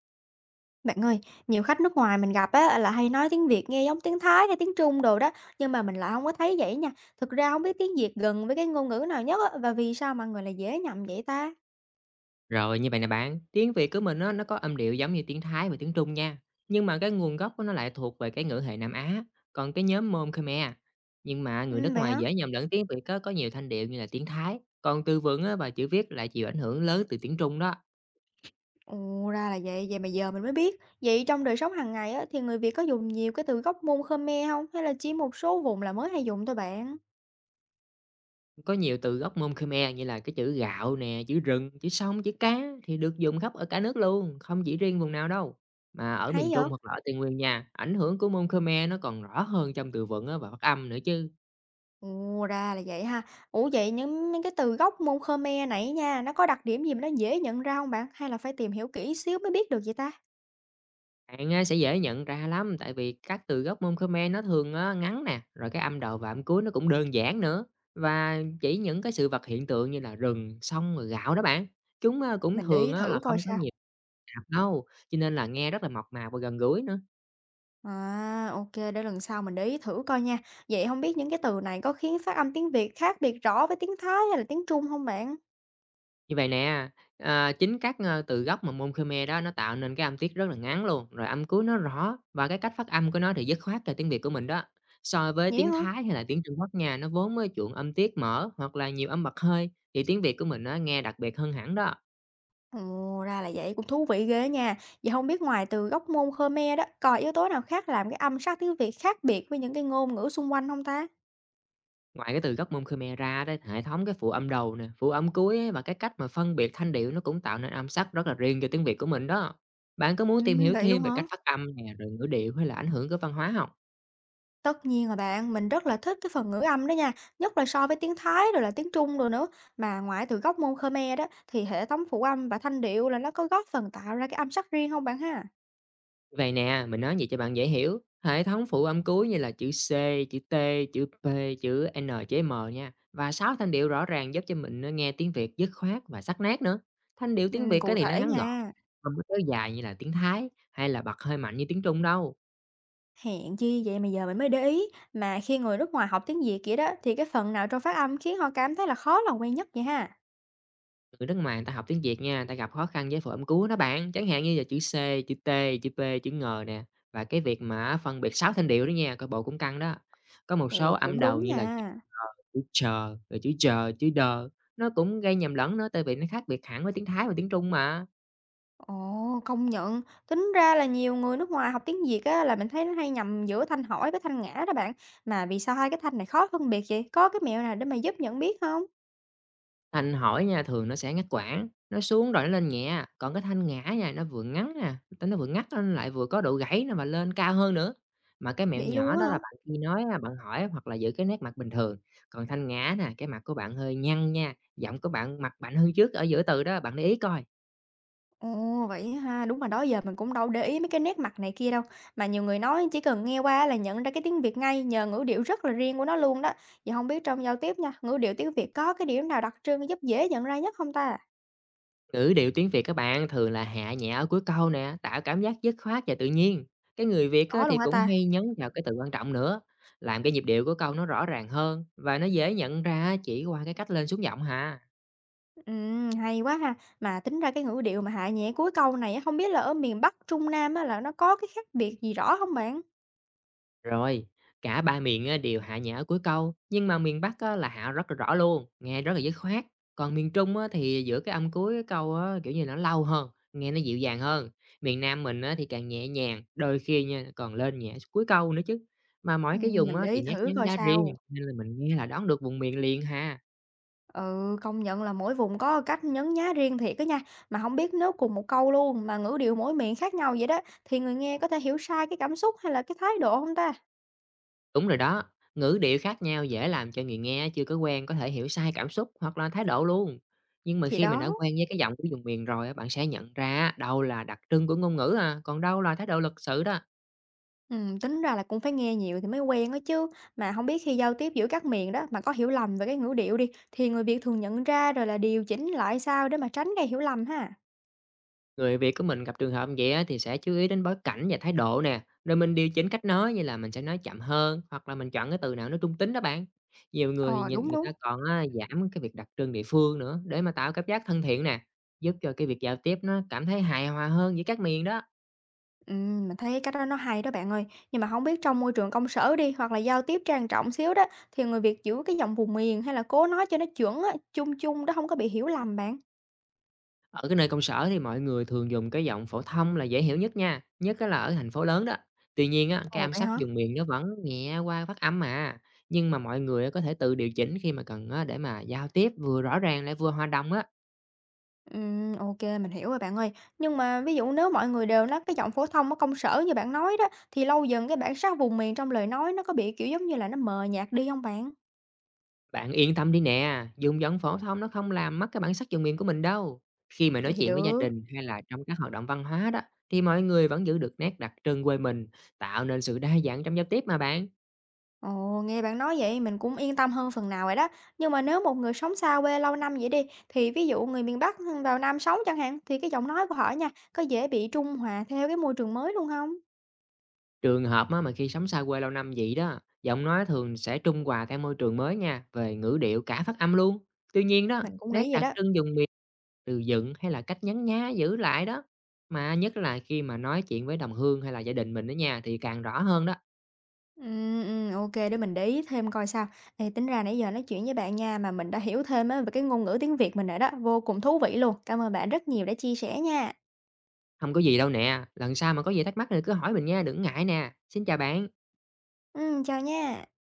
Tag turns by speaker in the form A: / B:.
A: Bạn ơi, nhiều khách nước ngoài mình gặp á là hay nói tiếng Việt nghe giống tiếng Thái hay tiếng Trung đồ đó, nhưng mà mình lại không có thấy vậy nha. Thực ra không biết tiếng Việt gần với cái ngôn ngữ nào nhất á, và vì sao mọi người lại dễ nhầm vậy ta?
B: Rồi, như vậy nè bạn, tiếng Việt của mình nó có âm điệu giống như tiếng Thái và tiếng Trung nha. Nhưng mà cái nguồn gốc của nó lại thuộc về cái ngữ hệ Nam Á, còn cái nhóm Môn Khmer. Nhưng mà người
A: Ừ,
B: nước
A: vậy
B: ngoài
A: hả?
B: dễ nhầm lẫn tiếng Việt có nhiều thanh điệu như là tiếng Thái. Còn từ vựng á, và chữ viết lại chịu ảnh hưởng lớn từ tiếng Trung đó.
A: Ồ, ra là vậy, vậy mà giờ mình mới biết. Vậy trong đời sống hàng ngày á thì người Việt có dùng nhiều cái từ gốc môn Khmer không? Hay là chỉ một số vùng là mới hay dùng thôi bạn?
B: Có nhiều từ gốc Môn Khmer như là cái chữ gạo nè, chữ rừng, chữ sông, chữ cá thì được dùng khắp ở cả nước luôn, không chỉ riêng vùng nào đâu. Mà ở
A: Hay
B: miền Trung
A: vậy?
B: hoặc là ở Tây Nguyên nha, ảnh hưởng của Môn Khmer nó còn rõ hơn trong từ vựng á, và phát âm nữa chứ.
A: Ồ, ra là vậy ha. Ủa vậy những cái từ gốc môn Khmer nãy nha, nó có đặc điểm gì mà nó dễ nhận ra không bạn? Hay là phải tìm hiểu kỹ xíu mới biết được vậy ta?
B: Bạn á, sẽ dễ nhận ra lắm tại vì các từ gốc môn Khmer nó thường á, ngắn nè, rồi cái âm đầu và âm cuối nó cũng đơn giản nữa. Và chỉ những cái sự vật hiện tượng như là rừng, sông rồi gạo đó bạn. Chúng á, cũng
A: Mình để
B: thường
A: ý
B: á, là
A: thử coi
B: không có
A: sao.
B: nhiều tạp đâu, cho nên là nghe rất là mộc mạc và gần gũi nữa.
A: À, ô để lần sau mình để ý thử coi nha. Vậy không biết những cái từ này có khiến phát âm tiếng Việt khác biệt rõ với tiếng Thái hay là tiếng Trung không bạn?
B: Như vậy nè, à, chính từ gốc mà môn Khmer đó nó tạo nên cái âm tiết rất là ngắn luôn, rồi âm cuối nó rõ và cái cách phát âm của nó thì dứt khoát là tiếng Việt của mình đó. So với
A: Vậy
B: tiếng
A: hả?
B: Thái hay là tiếng Trung Quốc nha, nó vốn mới chuộng âm tiết mở hoặc là nhiều âm bật hơi, thì tiếng Việt của mình nó nghe đặc biệt hơn hẳn đó.
A: Ồ, ra là vậy, cũng thú vị ghê nha. Vậy không biết ngoài từ gốc ngôn Khmer đó, còn yếu tố nào khác làm cái âm sắc tiếng Việt khác biệt với những cái ngôn ngữ xung quanh không ta?
B: Ngoài cái từ gốc môn Khmer ra đó, hệ thống cái phụ âm đầu nè, phụ âm cuối á và cái cách mà phân biệt thanh điệu nó cũng tạo nên âm sắc rất là riêng cho tiếng Việt của mình đó. Bạn có muốn tìm hiểu
A: Vậy
B: thêm
A: luôn
B: về
A: hả?
B: cách phát âm nè, rồi ngữ điệu hay là ảnh hưởng của văn hóa không?
A: Tất nhiên rồi bạn, mình rất là thích cái phần ngữ âm đó nha, nhất là so với tiếng Thái rồi là tiếng Trung rồi nữa. Mà ngoại trừ gốc môn Khmer đó thì hệ thống phụ âm và thanh điệu là nó có góp phần tạo ra cái âm sắc riêng không bạn ha?
B: Vậy nè, mình nói vậy cho bạn dễ hiểu. Hệ thống phụ âm cuối như là chữ C, chữ T, chữ P, chữ N, chữ M nha. Và 6 thanh điệu rõ ràng giúp cho mình nghe tiếng Việt dứt khoát và sắc nét nữa. Thanh điệu tiếng Việt cái
A: Cụ
B: thì nó
A: thể
B: ngắn gọn,
A: nha.
B: không có kéo dài như là tiếng Thái hay là bật hơi mạnh như tiếng Trung đâu.
A: Hèn chi vậy mà giờ mình mới để ý, mà khi người nước ngoài học tiếng Việt vậy đó thì cái phần nào trong phát âm khiến họ cảm thấy là khó lòng quen nhất vậy ha?
B: Người nước ngoài người ta học tiếng Việt nha, người ta gặp khó khăn với phổ âm cú đó bạn, chẳng hạn như là chữ C, chữ T, chữ P, chữ n nè, và cái việc mà phân biệt 6 thanh điệu đó nha, coi bộ cũng căng đó. Có một số
A: Ồ,
B: âm
A: cũng đúng
B: đầu như là
A: nha.
B: Ờ, chữ chờ, rồi chữ đờ, nó cũng gây nhầm lẫn nữa tại vì nó khác biệt hẳn với tiếng Thái và tiếng Trung mà.
A: Ồ, công nhận. Tính ra là nhiều người nước ngoài học tiếng Việt á, là mình thấy nó hay nhầm giữa thanh hỏi với thanh ngã đó bạn. Mà vì sao hai cái thanh này khó phân biệt vậy? Có cái mẹo nào để mà giúp nhận biết không?
B: Thanh hỏi nha, thường nó sẽ ngắt quãng, nó xuống rồi nó lên nhẹ, còn cái thanh ngã nha, nó vừa ngắn nè, nó vừa ngắt nó lại vừa có độ gãy nữa mà lên cao hơn nữa. Mà cái mẹo
A: Vậy
B: nhỏ
A: luôn á
B: đó là
A: hả?
B: bạn khi nói á, bạn hỏi hoặc là giữ cái nét mặt bình thường, còn thanh ngã nè, cái mặt của bạn hơi nhăn nha, giọng của bạn mặt bạn hơn trước ở giữa từ đó, bạn để ý coi.
A: Ồ, vậy ha. Đúng mà đó giờ mình cũng đâu để ý mấy cái nét mặt này kia đâu. Mà nhiều người nói chỉ cần nghe qua là nhận ra cái tiếng Việt ngay nhờ ngữ điệu rất là riêng của nó luôn đó. Vậy không biết trong giao tiếp nha, ngữ điệu tiếng Việt có cái điểm nào đặc trưng giúp dễ nhận ra nhất không ta?
B: Ngữ điệu tiếng Việt các bạn thường là hạ nhẹ ở cuối câu nè, tạo cảm giác dứt khoát và tự nhiên. Cái người Việt á,
A: Có
B: thì
A: luôn hả
B: cũng
A: ta?
B: hay nhấn vào cái từ quan trọng nữa, làm cái nhịp điệu của câu nó rõ ràng hơn và nó dễ nhận ra chỉ qua cái cách lên xuống giọng hà.
A: Hay quá ha! Mà tính ra cái ngữ điệu mà hạ nhẹ cuối câu này á, hông biết là ở miền Bắc, Trung Nam á là nó có cái khác biệt gì rõ không bạn?
B: Rồi, cả ba miền á đều hạ nhẹ ở cuối câu, nhưng mà miền Bắc á là hạ rất là rõ luôn, nghe rất là dứt khoát. Còn miền Trung á thì giữa cái âm cuối cái câu á, kiểu như, nó lâu hơn, nghe nó dịu dàng hơn. Miền Nam mình á thì càng nhẹ nhàng, đôi khi nha còn lên nhẹ cuối câu nữa chứ. Mà mỗi cái vùng
A: Mình
B: á
A: để
B: thì
A: ý
B: nét
A: thử
B: nhấn
A: coi
B: giá riêng,
A: sao.
B: nên là mình nghe là đoán được vùng miền liền ha.
A: Ừ, công nhận là mỗi vùng có cách nhấn nhá riêng thiệt á nha. Mà không biết nếu cùng một câu luôn mà ngữ điệu mỗi miền khác nhau vậy đó, thì người nghe có thể hiểu sai cái cảm xúc hay là cái thái độ không ta?
B: Đúng rồi đó, ngữ điệu khác nhau dễ làm cho người nghe chưa có quen có thể hiểu sai cảm xúc hoặc là thái độ luôn. Nhưng mà
A: Thì
B: khi mình đã
A: đó,
B: quen với cái giọng của vùng miền rồi á, bạn sẽ nhận ra đâu là đặc trưng của ngôn ngữ à, còn đâu là thái độ lịch sự đó.
A: tính ra là cũng phải nghe nhiều thì mới quen á chứ. Mà không biết khi giao tiếp giữa các miền đó mà có hiểu lầm về cái ngữ điệu đi, thì người Việt thường nhận ra rồi là điều chỉnh lại sao để mà tránh gây hiểu lầm ha?
B: Người Việt của mình gặp trường hợp vậy á, thì sẽ chú ý đến bối cảnh và thái độ nè, rồi mình điều chỉnh cách nói như là mình sẽ nói chậm hơn hoặc là mình chọn cái từ nào nó trung tính đó bạn. Nhiều người
A: Ờ,
B: nhìn
A: đúng,
B: người ta
A: đúng.
B: còn á, giảm cái việc đặc trưng địa phương nữa để mà tạo cảm giác thân thiện nè, giúp cho cái việc giao tiếp nó cảm thấy hài hòa hơn giữa các miền đó.
A: Mình thấy cái cách đó nó hay đó bạn ơi. Nhưng mà không biết trong môi trường công sở đi, hoặc là giao tiếp trang trọng xíu đó, thì người Việt giữ cái giọng vùng miền hay là cố nói cho nó chuẩn á, chung chung đó không có bị hiểu lầm bạn?
B: Ở cái nơi công sở thì mọi người thường dùng cái giọng phổ thông là dễ hiểu nhất nha, nhất á là ở thành phố lớn đó. Tuy nhiên á, cái
A: Ồ,
B: âm
A: vậy
B: sắc
A: hả?
B: dùng miền nó vẫn nhẹ qua phát âm mà. Nhưng mà mọi người á có thể tự điều chỉnh khi mà cần á để mà giao tiếp vừa rõ ràng lại vừa hòa đồng á.
A: Ok mình hiểu rồi bạn ơi. Nhưng mà ví dụ nếu mọi người đều nói cái giọng phổ thông ở công sở như bạn nói đó, thì lâu dần cái bản sắc vùng miền trong lời nói nó có bị, kiểu, giống như là, nó mờ nhạt đi không bạn?
B: Bạn yên tâm đi nè, dùng giọng phổ thông nó không làm mất cái bản sắc dùng miền của mình đâu. Khi mà nói
A: Vậy thì
B: chuyện với gia
A: được.
B: đình hay là trong các hoạt động văn hóa đó, thì mọi người vẫn giữ được nét đặc trưng quê mình, tạo nên sự đa dạng trong giao tiếp mà bạn.
A: Ồ, nghe bạn nói vậy mình cũng yên tâm hơn phần nào rồi đó. Nhưng mà nếu một người sống xa quê lâu năm vậy đi, thì ví dụ người miền Bắc vào Nam sống chẳng hạn, thì cái giọng nói của họ nha, có dễ bị trung hòa theo cái môi trường mới luôn không?
B: Trường hợp á, mà khi sống xa quê lâu năm vậy đó, giọng nói thường sẽ trung hòa theo môi trường mới nha, về ngữ điệu cả phát âm luôn. Tuy nhiên đó,
A: Mình cũng
B: nét
A: nghĩ vậy
B: đặc
A: đó.
B: trưng dùng miền, từ dựng hay là cách nhấn nhá giữ lại đó. Mà nhất là khi mà nói chuyện với đồng hương hay là gia đình mình đó nha thì càng rõ hơn đó.
A: Ô để mình để ý thêm coi sao. Ê, tính ra nãy giờ nói chuyện với bạn nha, mà mình đã hiểu thêm á về cái ngôn ngữ tiếng Việt mình rồi đó, vô cùng thú vị luôn. Cảm ơn bạn rất nhiều đã chia sẻ nha.
B: Không có gì đâu nè, lần sau mà có gì thắc mắc thì cứ hỏi mình nha, đừng ngại nè. Xin chào bạn.
A: Chào nha.